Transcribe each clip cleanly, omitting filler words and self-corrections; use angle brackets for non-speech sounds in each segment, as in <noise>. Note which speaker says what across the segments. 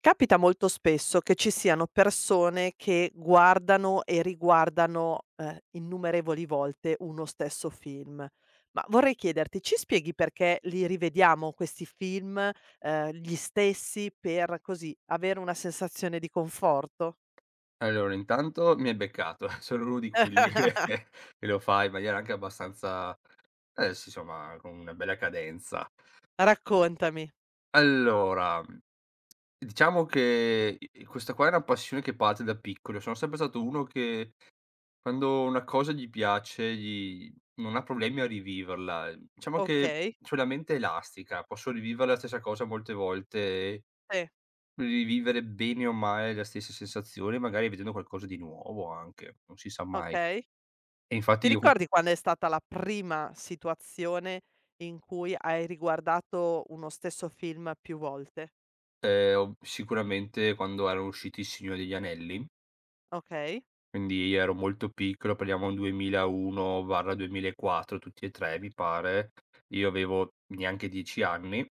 Speaker 1: Capita molto spesso che ci siano persone che guardano e riguardano, innumerevoli volte uno stesso film. Ma vorrei chiederti, ci spieghi perché li rivediamo questi film, gli stessi per così avere una sensazione di conforto?
Speaker 2: Allora, intanto mi hai beccato, <laughs> sono uno di quelli che <laughs>
Speaker 1: <laughs>
Speaker 2: che lo fa in maniera anche abbastanza eh sì, somma, con una bella cadenza.
Speaker 1: Raccontami.
Speaker 2: Allora, diciamo che i questa qua è una passione che parte da piccolo. Sono sempre stato uno che quando una cosa gli piace, gli non ha problemi a riviverla. Diciamo che
Speaker 1: Okay,
Speaker 2: c'ho la mente è elastica, posso rivivere la stessa cosa molte volte e
Speaker 1: sì,
Speaker 2: rivivere bene o male la stessa sensazione, magari vedendo qualcosa di nuovo anche, non si sa mai.
Speaker 1: okay.
Speaker 2: E infatti
Speaker 1: Ti
Speaker 2: io,
Speaker 1: ricordi quando è stata la prima situazione in cui hai riguardato uno stesso film più volte?
Speaker 2: ho sicuramente quando erano usciti Il Signore degli Anelli,
Speaker 1: Okay.
Speaker 2: quindi ero molto piccolo, parliamo 2001/2004 tutti e 3 mi pare, io avevo neanche 10 anni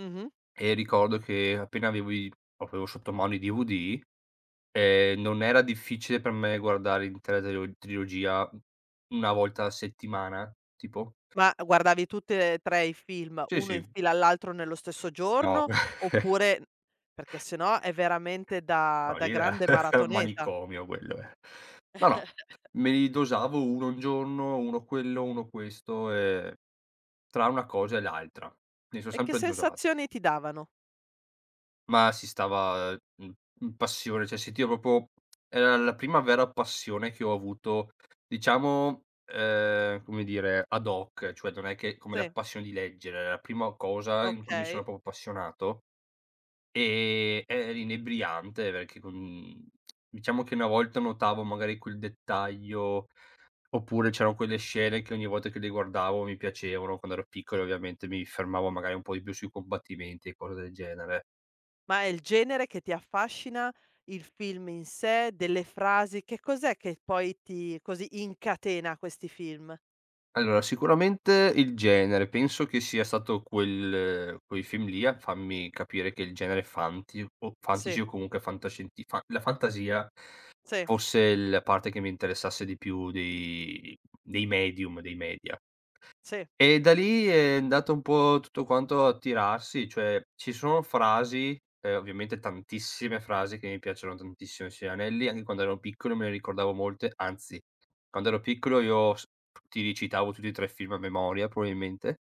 Speaker 1: Mh-mh.
Speaker 2: e ricordo che appena avevo sotto mano i DVD, non era difficile per me guardare l'intera trilogia una volta a settimana, tipo.
Speaker 1: Ma guardavi tutte e 3 i film,
Speaker 2: Sì,
Speaker 1: uno in
Speaker 2: sì.
Speaker 1: fila all'altro nello stesso
Speaker 2: No.
Speaker 1: giorno, oppure perché se no è veramente da
Speaker 2: No,
Speaker 1: da
Speaker 2: lì era
Speaker 1: grande
Speaker 2: <laughs>
Speaker 1: maratoneta.
Speaker 2: manicomio quello. No, no, me li dosavo uno un giorno, uno quello, uno questo, tra una cosa e l'altra. Mi son
Speaker 1: E che
Speaker 2: sempre dosati,
Speaker 1: sensazioni ti davano?
Speaker 2: ma si stava in passione, cioè sentivo proprio era la prima vera passione che ho avuto, diciamo, come dire, ad hoc, cioè non è che come la
Speaker 1: Sì,
Speaker 2: passione di leggere, è la prima cosa in cui mi sono
Speaker 1: okay.
Speaker 2: proprio appassionato. Era inebriante perché con diciamo che una volta notavo magari quel dettaglio, oppure c'erano quelle scene che ogni volta che le guardavo mi piacevano, quando ero piccolo ovviamente mi fermavo magari un po' di più sui combattimenti e cose del genere.
Speaker 1: Ma è il genere che ti affascina, il film in sé, delle frasi, che cos'è che poi ti così incatena questi film?
Speaker 2: Allora sicuramente il genere, penso che sia stato quel quei film lì a farmi capire che il genere fanti o fantasy
Speaker 1: Sì,
Speaker 2: o comunque fantascienti fa la fantasia
Speaker 1: sì,
Speaker 2: fosse la parte che mi interessasse di più dei medium, dei media.
Speaker 1: sì.
Speaker 2: E da lì è andato un po' tutto quanto a tirarsi, cioè ci sono frasi, ovviamente tantissime frasi che mi piacciono tantissimo di Simonelli, anche quando ero piccolo me ne ricordavo molte, anzi quando ero piccolo io s ti recitavo tutti e 3 film a memoria probabilmente,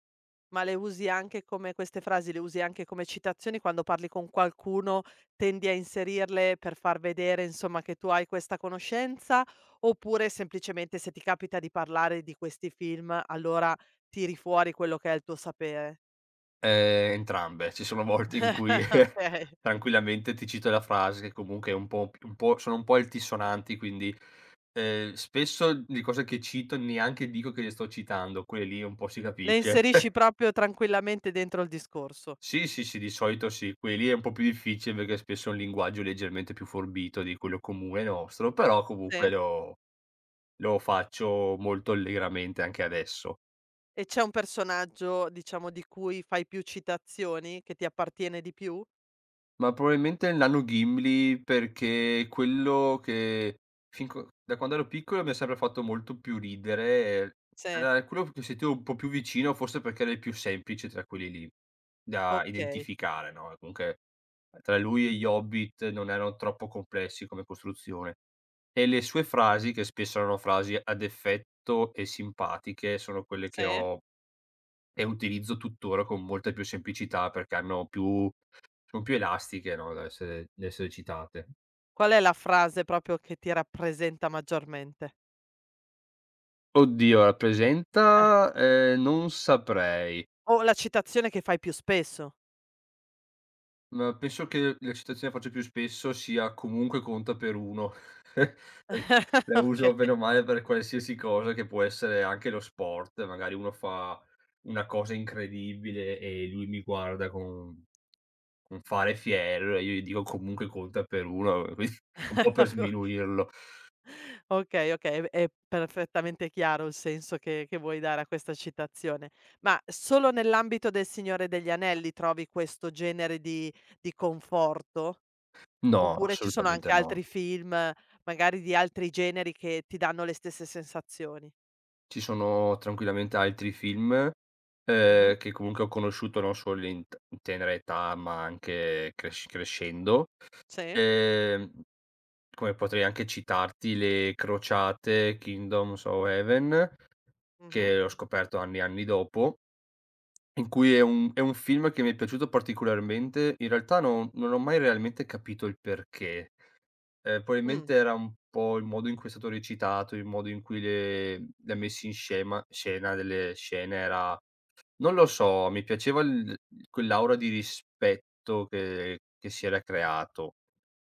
Speaker 1: Ma le usi anche come queste frasi le usi anche come citazioni quando parli con qualcuno, tendi a inserirle per far vedere insomma che tu hai questa conoscenza, oppure semplicemente se ti capita di parlare di questi film, allora tiri fuori quello che è il tuo sapere?
Speaker 2: entrambe. Ci sono volte in cui
Speaker 1: <laughs>
Speaker 2: <laughs>
Speaker 1: Okay.
Speaker 2: tranquillamente ti cito la frase che comunque è un po', sono un po' altisonanti, quindi, spesso di cose che cito neanche dico che le sto citando, quelle lì un po' si
Speaker 1: Le
Speaker 2: capisce.
Speaker 1: inserisci
Speaker 2: <laughs>
Speaker 1: proprio tranquillamente dentro il discorso.
Speaker 2: Sì, sì, sì, di solito sì. Quelli è un po' più difficile perché spesso è un linguaggio leggermente più forbito di quello comune nostro, però comunque
Speaker 1: Sì.
Speaker 2: lo faccio molto allegramente anche adesso.
Speaker 1: E c'è un personaggio, diciamo, di cui fai più citazioni, che ti appartiene di più?
Speaker 2: Ma probabilmente il nano Gimli perché è quello che fin co da quando ero piccolo mi ha sempre fatto molto più ridere,
Speaker 1: Sì,
Speaker 2: era quello che sentivo un po' più vicino, forse perché era il più semplice tra quelli lì da
Speaker 1: okay.
Speaker 2: identificare, no, comunque tra lui e gli Hobbit non erano troppo complessi come costruzione. E le sue frasi, che spesso erano frasi ad effetto e simpatiche, sono quelle che
Speaker 1: Sì.
Speaker 2: ho e utilizzo tuttora con molta più semplicità perché hanno più son più elastiche, no, da essere citate.
Speaker 1: Qual è la frase proprio che ti rappresenta maggiormente?
Speaker 2: Oddio, rappresenta, non saprei,
Speaker 1: O la citazione che fai più spesso?
Speaker 2: ma penso che la citazione che faccio più spesso sia: "Comunque conta per 1". E <laughs>
Speaker 1: <laughs>
Speaker 2: la
Speaker 1: Okay,
Speaker 2: uso bene o male per qualsiasi cosa che può essere anche lo sport, magari uno fa una cosa incredibile e lui mi guarda con non fare fiero, e io gli dico comunque conta per 1, <laughs> quindi un po' per
Speaker 1: <laughs>
Speaker 2: sminuirlo.
Speaker 1: okay, okay, è perfettamente chiaro il senso che vuoi dare a questa citazione. Ma solo nell'ambito del Signore degli Anelli trovi questo genere di conforto?
Speaker 2: No,
Speaker 1: Oppure ci sono
Speaker 2: assolutamente
Speaker 1: anche
Speaker 2: no.
Speaker 1: altri film, magari di altri generi, che ti danno le stesse sensazioni?
Speaker 2: Ci sono tranquillamente altri film,
Speaker 1: Mh-mh.
Speaker 2: che comunque ho conosciuto non solo in tenera età, ma anche crescendo.
Speaker 1: Sì.
Speaker 2: Ehm, Come potrei anche citarti le Crociate, Kingdoms of Heaven,
Speaker 1: Mh-mh.
Speaker 2: che ho scoperto anni e anni dopo, in cui è un film che mi è piaciuto particolarmente. In realtà non ho mai realmente capito il perché.
Speaker 1: Mh.
Speaker 2: Probabilmente era un po' il modo in cui è stato recitato, il modo in cui le ha messi in scema scena delle scene era non lo so, mi piaceva il quell'aura di rispetto che che si era creato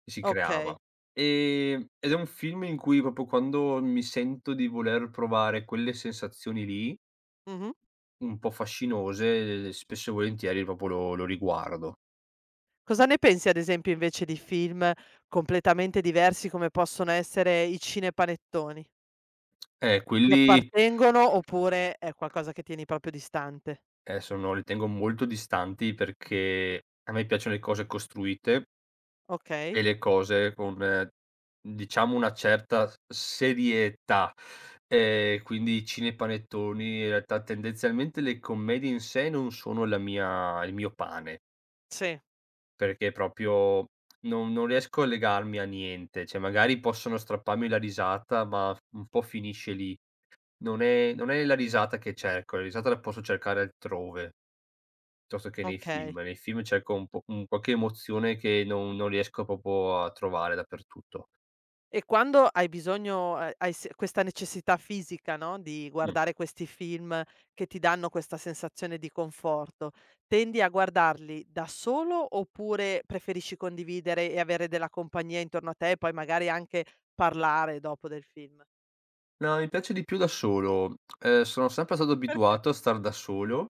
Speaker 2: che si creava.
Speaker 1: Okay.
Speaker 2: Ed è un film in cui proprio quando mi sento di voler provare quelle sensazioni lì,
Speaker 1: Mh-mh.
Speaker 2: un po' fascinose, spesso e volentieri proprio lo riguardo.
Speaker 1: Cosa ne pensi ad esempio invece di film completamente diversi come possono essere i cinepanettoni? Ti
Speaker 2: Quelli
Speaker 1: appartengono oppure è qualcosa che tieni proprio distante?
Speaker 2: Sono li tengo molto distanti perché a me piacciono le cose costruite e
Speaker 1: Okay,
Speaker 2: le cose con, diciamo, una certa s serietà. Quindi i cinepanettoni, in realtà tendenzialmente le commedie in sé non sono la mia il mio pane,
Speaker 1: sì,
Speaker 2: perché proprio non riesco a legarmi a niente, cioè magari possono strapparmi la risata, ma un po' finisce lì. Non è la risata che cerco, la risata la posso cercare altrove. Piuttosto che nei
Speaker 1: okay.
Speaker 2: film. Nei film cerco un po' un qualche emozione che non riesco proprio a trovare dappertutto.
Speaker 1: E quando hai bisogno hai s questa necessità fisica, no, di
Speaker 2: Mh.
Speaker 1: guardare questi film che ti danno questa sensazione di conforto, tendi a guardarli da solo oppure preferisci condividere e avere della compagnia intorno a te e poi magari anche parlare dopo del film?
Speaker 2: No, mi piace di più da solo. Sono sempre stato
Speaker 1: Perché?
Speaker 2: abituato a star da solo,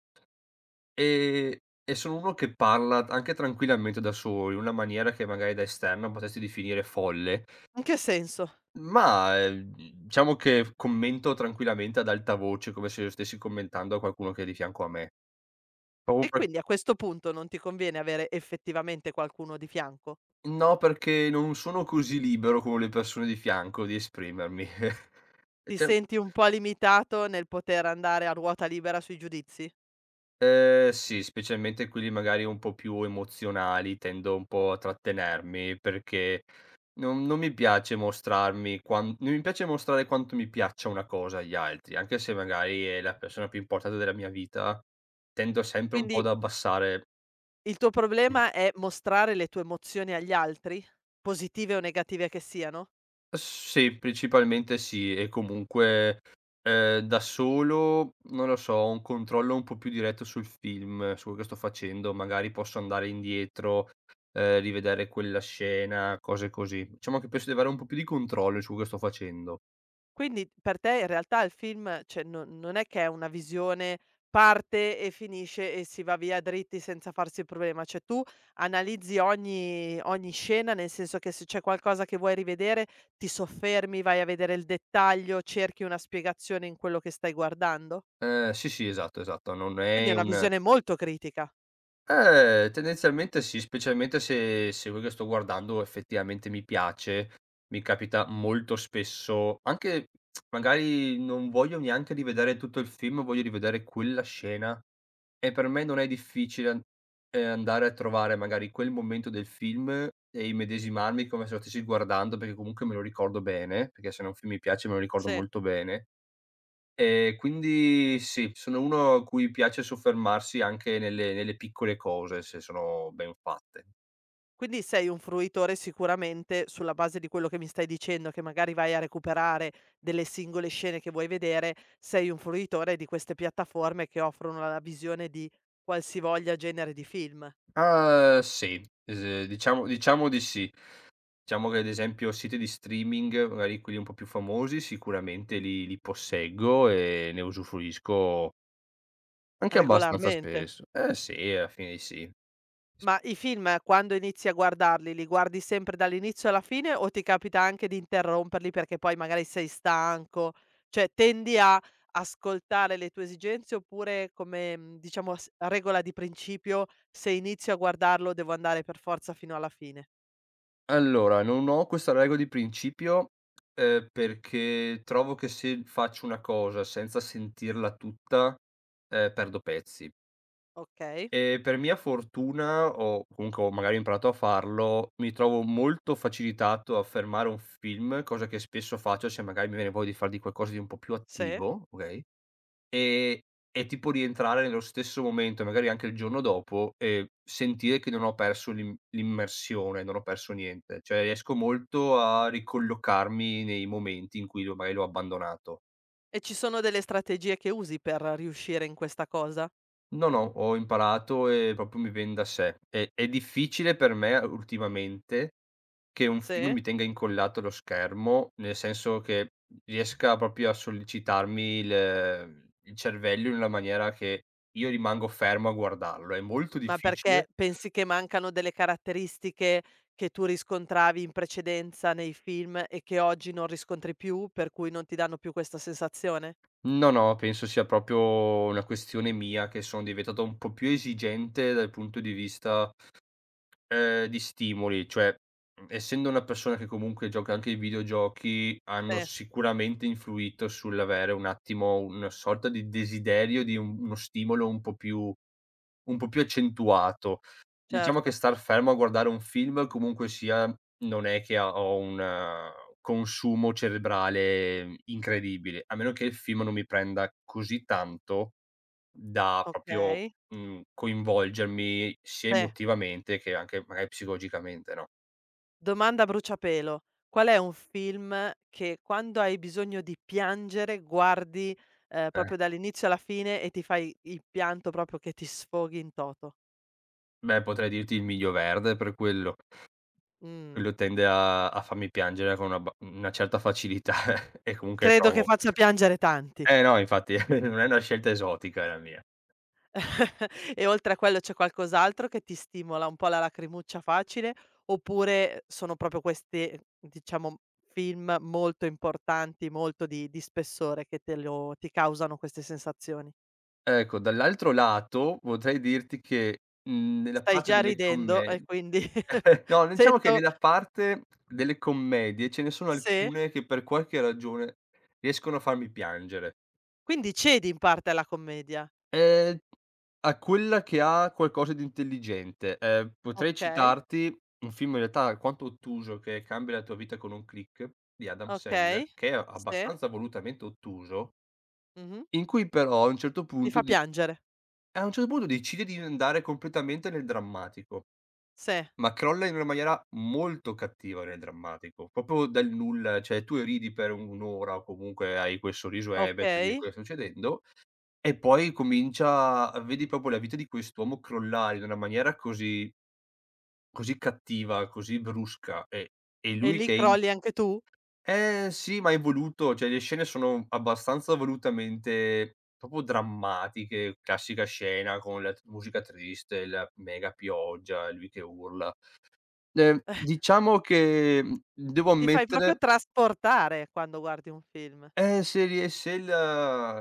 Speaker 2: ehm, e sono uno che parla anche tranquillamente da solo, in una maniera che magari da esterno potresti definire folle,
Speaker 1: In che senso?
Speaker 2: ma, diciamo che commento tranquillamente ad alta voce, come se io stessi commentando a qualcuno che è di fianco a me. Proprio
Speaker 1: E
Speaker 2: per
Speaker 1: quindi a questo punto non ti conviene avere effettivamente qualcuno di fianco?
Speaker 2: No, perché non sono così libero con le persone di fianco di esprimermi. <laughs>
Speaker 1: Ti
Speaker 2: Cioè
Speaker 1: senti un po' limitato nel poter andare a ruota libera sui giudizi?
Speaker 2: sì, specialmente quelli magari un po' più emozionali, tendo un po' a trattenermi perché non non mi piace mostrarmi quan non mi piace mostrare quanto mi piaccia una cosa agli altri, anche se magari è la persona più importante della mia vita, tendo sempre un po' ad
Speaker 1: Quindi
Speaker 2: abbassare.
Speaker 1: il tuo problema è mostrare le tue emozioni agli altri, positive o negative che siano?
Speaker 2: Sì, principalmente sì e comunque, da solo, non lo so, ho un controllo un po' più diretto sul film, su quello che sto facendo, magari posso andare indietro, rivedere quella scena, cose così. Diciamo che penso di avere un po' più di controllo su quello che sto facendo.
Speaker 1: Quindi per te in realtà il film, cioè non è che è una visione, parte e finisce e si va via dritti senza farsi il problema, cioè tu analizzi ogni scena, nel senso che se c'è qualcosa che vuoi rivedere ti soffermi, vai a vedere il dettaglio, cerchi una spiegazione in quello che stai guardando?
Speaker 2: Sì, sì, esatto, esatto, non
Speaker 1: Quindi è
Speaker 2: è
Speaker 1: una
Speaker 2: un
Speaker 1: visione molto critica.
Speaker 2: Tendenzialmente sì, specialmente se quello che sto guardando effettivamente mi piace, mi capita molto spesso anche magari non voglio neanche rivedere tutto il film, voglio rivedere quella scena e per me non è difficile an andare a trovare magari quel momento del film e immedesimarmi come se lo stessi guardando, perché comunque me lo ricordo bene, perché se no un film mi piace me lo ricordo
Speaker 1: Sì.
Speaker 2: molto bene. Quindi sì, sono uno a cui piace soffermarsi anche nelle piccole cose, se sono ben fatte.
Speaker 1: Quindi sei un fruitore sicuramente, sulla base di quello che mi stai dicendo, che magari vai a recuperare delle singole scene che vuoi vedere, sei un fruitore di queste piattaforme che offrono la visione di qualsivoglia genere di film,
Speaker 2: Ah, sì, s diciamo diciamo di sì. Diciamo che ad esempio siti di streaming, magari quelli un po' più famosi, sicuramente li posseggo e ne usufruisco anche abbastanza
Speaker 1: regolarmente.
Speaker 2: spesso. Eh sì, alla fine sì.
Speaker 1: Ma i film quando inizi a guardarli, li guardi sempre dall'inizio alla fine o ti capita anche di interromperli perché poi magari sei stanco? Cioè tendi a ascoltare le tue esigenze oppure come diciamo s regola di principio se inizio a guardarlo devo andare per forza fino alla fine?
Speaker 2: Allora, non ho questa regola di principio, perché trovo che se faccio una cosa senza sentirla tutta, perdo pezzi.
Speaker 1: Okay,
Speaker 2: E per mia fortuna o comunque ho magari imparato a farlo, mi trovo molto facilitato a fermare un film, cosa che spesso faccio se magari mi viene voglia di far di qualcosa di un po' più
Speaker 1: sì.
Speaker 2: attivo, okay? Ehm, e tipo rientrare nello stesso momento, magari anche il giorno dopo, e sentire che non ho perso l'immersione, non ho perso niente. Cioè riesco molto a ricollocarmi nei momenti in cui lo magari l'ho abbandonato.
Speaker 1: E ci sono delle strategie che usi per riuscire in questa cosa?
Speaker 2: No, no, ho imparato e proprio mi vien da sé. È difficile per me ultimamente che un film
Speaker 1: Sì.
Speaker 2: mi tenga incollato allo schermo, nel senso che riesca proprio a sollecitarmi il cervello in una maniera che io rimango fermo a guardarlo. È molto
Speaker 1: Ma
Speaker 2: difficile.
Speaker 1: perché pensi che mancano delle caratteristiche che tu riscontravi in precedenza nei film e che oggi non riscontri più, per cui non ti danno più questa sensazione?
Speaker 2: No, no, penso sia proprio una questione mia che sono diventato un po' più esigente dal punto di vista. Di stimoli, cioè, essendo una persona che comunque gioca anche ai videogiochi, hanno
Speaker 1: Sì,
Speaker 2: sicuramente influito sull'avere un attimo una sorta di desiderio di un uno stimolo un po' più accentuato. Diciamo che
Speaker 1: certo.
Speaker 2: star fermo a guardare un film comunque sia, non è che ha ho un consumo cerebrale incredibile, a meno che il film non mi prenda così tanto da proprio,
Speaker 1: Okay.
Speaker 2: coinvolgermi sia
Speaker 1: Sì.
Speaker 2: emotivamente che anche magari psicologicamente, no,
Speaker 1: Domanda a bruciapelo: qual è un film che quando hai bisogno di piangere guardi,
Speaker 2: eh.
Speaker 1: proprio dall'inizio alla fine e ti fai il pianto proprio che ti sfoghi in toto?
Speaker 2: Beh, potrei dirti Il Miglio Verde per quello.
Speaker 1: Mh.
Speaker 2: Quello tende a farmi piangere con una certa facilità <laughs> e comunque
Speaker 1: Credo che
Speaker 2: trovo
Speaker 1: faccia piangere tanti.
Speaker 2: eh no, infatti <laughs> non è una scelta esotica la mia.
Speaker 1: <laughs> E oltre a quello c'è qualcos'altro che ti stimola un po' la lacrimuccia facile, oppure sono proprio questi, diciamo, film molto importanti, molto di spessore che te lo ti causano queste sensazioni?
Speaker 2: Ecco, dall'altro lato potrei dirti che, nella
Speaker 1: Stai
Speaker 2: parte
Speaker 1: già
Speaker 2: delle
Speaker 1: ridendo e
Speaker 2: commedie
Speaker 1: quindi
Speaker 2: <laughs>
Speaker 1: <laughs>
Speaker 2: no, diciamo che
Speaker 1: sento
Speaker 2: nella parte delle commedie ce ne sono
Speaker 1: sì,
Speaker 2: alcune che per qualche ragione riescono a farmi piangere.
Speaker 1: quindi cedi in parte alla commedia.
Speaker 2: Ehm, A quella che ha qualcosa di intelligente. Potrei
Speaker 1: Okay,
Speaker 2: citarti un film in realtà alquanto ottuso che è Cambia la tua vita con un click di Adam
Speaker 1: okay,
Speaker 2: Sandler, che è
Speaker 1: sì,
Speaker 2: abbastanza volutamente ottuso,
Speaker 1: mh-mh.
Speaker 2: in cui però
Speaker 1: Ti fa piangere.
Speaker 2: a un certo punto decide di andare completamente nel drammatico,
Speaker 1: Sì,
Speaker 2: ma crolla in una maniera molto cattiva nel drammatico, proprio dal nulla, cioè tu ridi per un'ora o comunque hai quel sorriso ebete di
Speaker 1: okay.
Speaker 2: quello che sta succedendo e poi comincia vedi proprio la vita di quest'uomo crollare in una maniera così così cattiva, così brusca e
Speaker 1: E
Speaker 2: lui
Speaker 1: lì
Speaker 2: che è in
Speaker 1: crolli anche tu?
Speaker 2: eh sì, ma è voluto, cioè le scene sono abbastanza volutamente proprio drammatiche, classica scena con la t musica triste, la mega pioggia, lui che urla. Diciamo che, devo
Speaker 1: Ti fai proprio
Speaker 2: ammettere.
Speaker 1: trasportare quando guardi un film.
Speaker 2: Se ries se il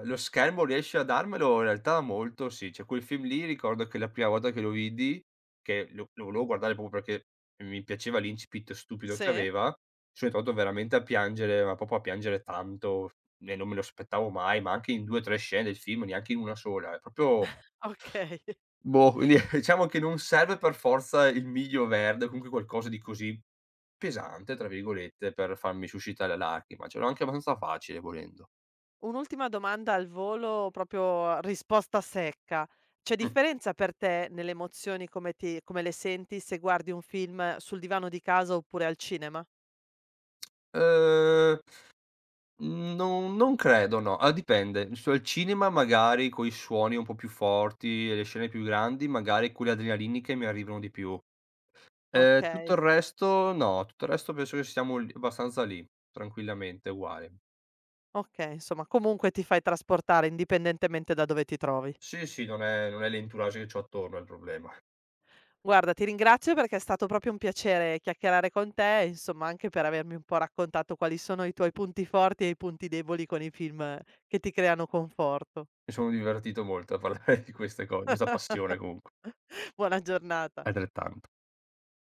Speaker 2: lo schermo riesce a darmelo, in realtà molto sì. Cioè quel film lì ricordo che la prima volta che lo vidi, che lo volevo guardare proprio perché mi piaceva l'incipit stupido che
Speaker 1: Sì,
Speaker 2: aveva, sono entrato veramente a piangere, ma proprio a piangere tanto, e non me lo aspettavo mai, ma anche in 2, 3 scene del film, neanche in una sola. È proprio
Speaker 1: okay.
Speaker 2: boh, quindi <laughs> diciamo che non serve per forza il miglio verde, o comunque qualcosa di così "pesante" tra virgolette, per farmi suscitare lacrima, ce l'ho anche abbastanza facile volendo.
Speaker 1: Un'ultima domanda al volo, proprio risposta secca. C'è
Speaker 2: Mh.
Speaker 1: differenza per te nelle emozioni come ti come le senti se guardi un film sul divano di casa oppure al cinema?
Speaker 2: Ehm, non credo no, a dipende. Su al cinema magari coi suoni un po' più forti e le scene più grandi, magari quelle adrenaliniche mi arrivano di più. Tutto il
Speaker 1: Okay,
Speaker 2: resto no, tutto il resto penso che siamo l abbastanza lì, tranquillamente, uguali.
Speaker 1: okay, insomma comunque ti fai trasportare indipendentemente da dove ti trovi.
Speaker 2: Sì, sì, non è l'entourage che c'ho attorno il problema. <laughs>
Speaker 1: Guarda, ti ringrazio perché è stato proprio un piacere chiacchierare con te e insomma anche per avermi un po' raccontato quali sono i tuoi punti forti e i punti deboli con i film che ti creano conforto.
Speaker 2: Mi sono divertito molto a parlare di queste cose, questa passione comunque,
Speaker 1: <laughs> Buona giornata.
Speaker 2: altrettan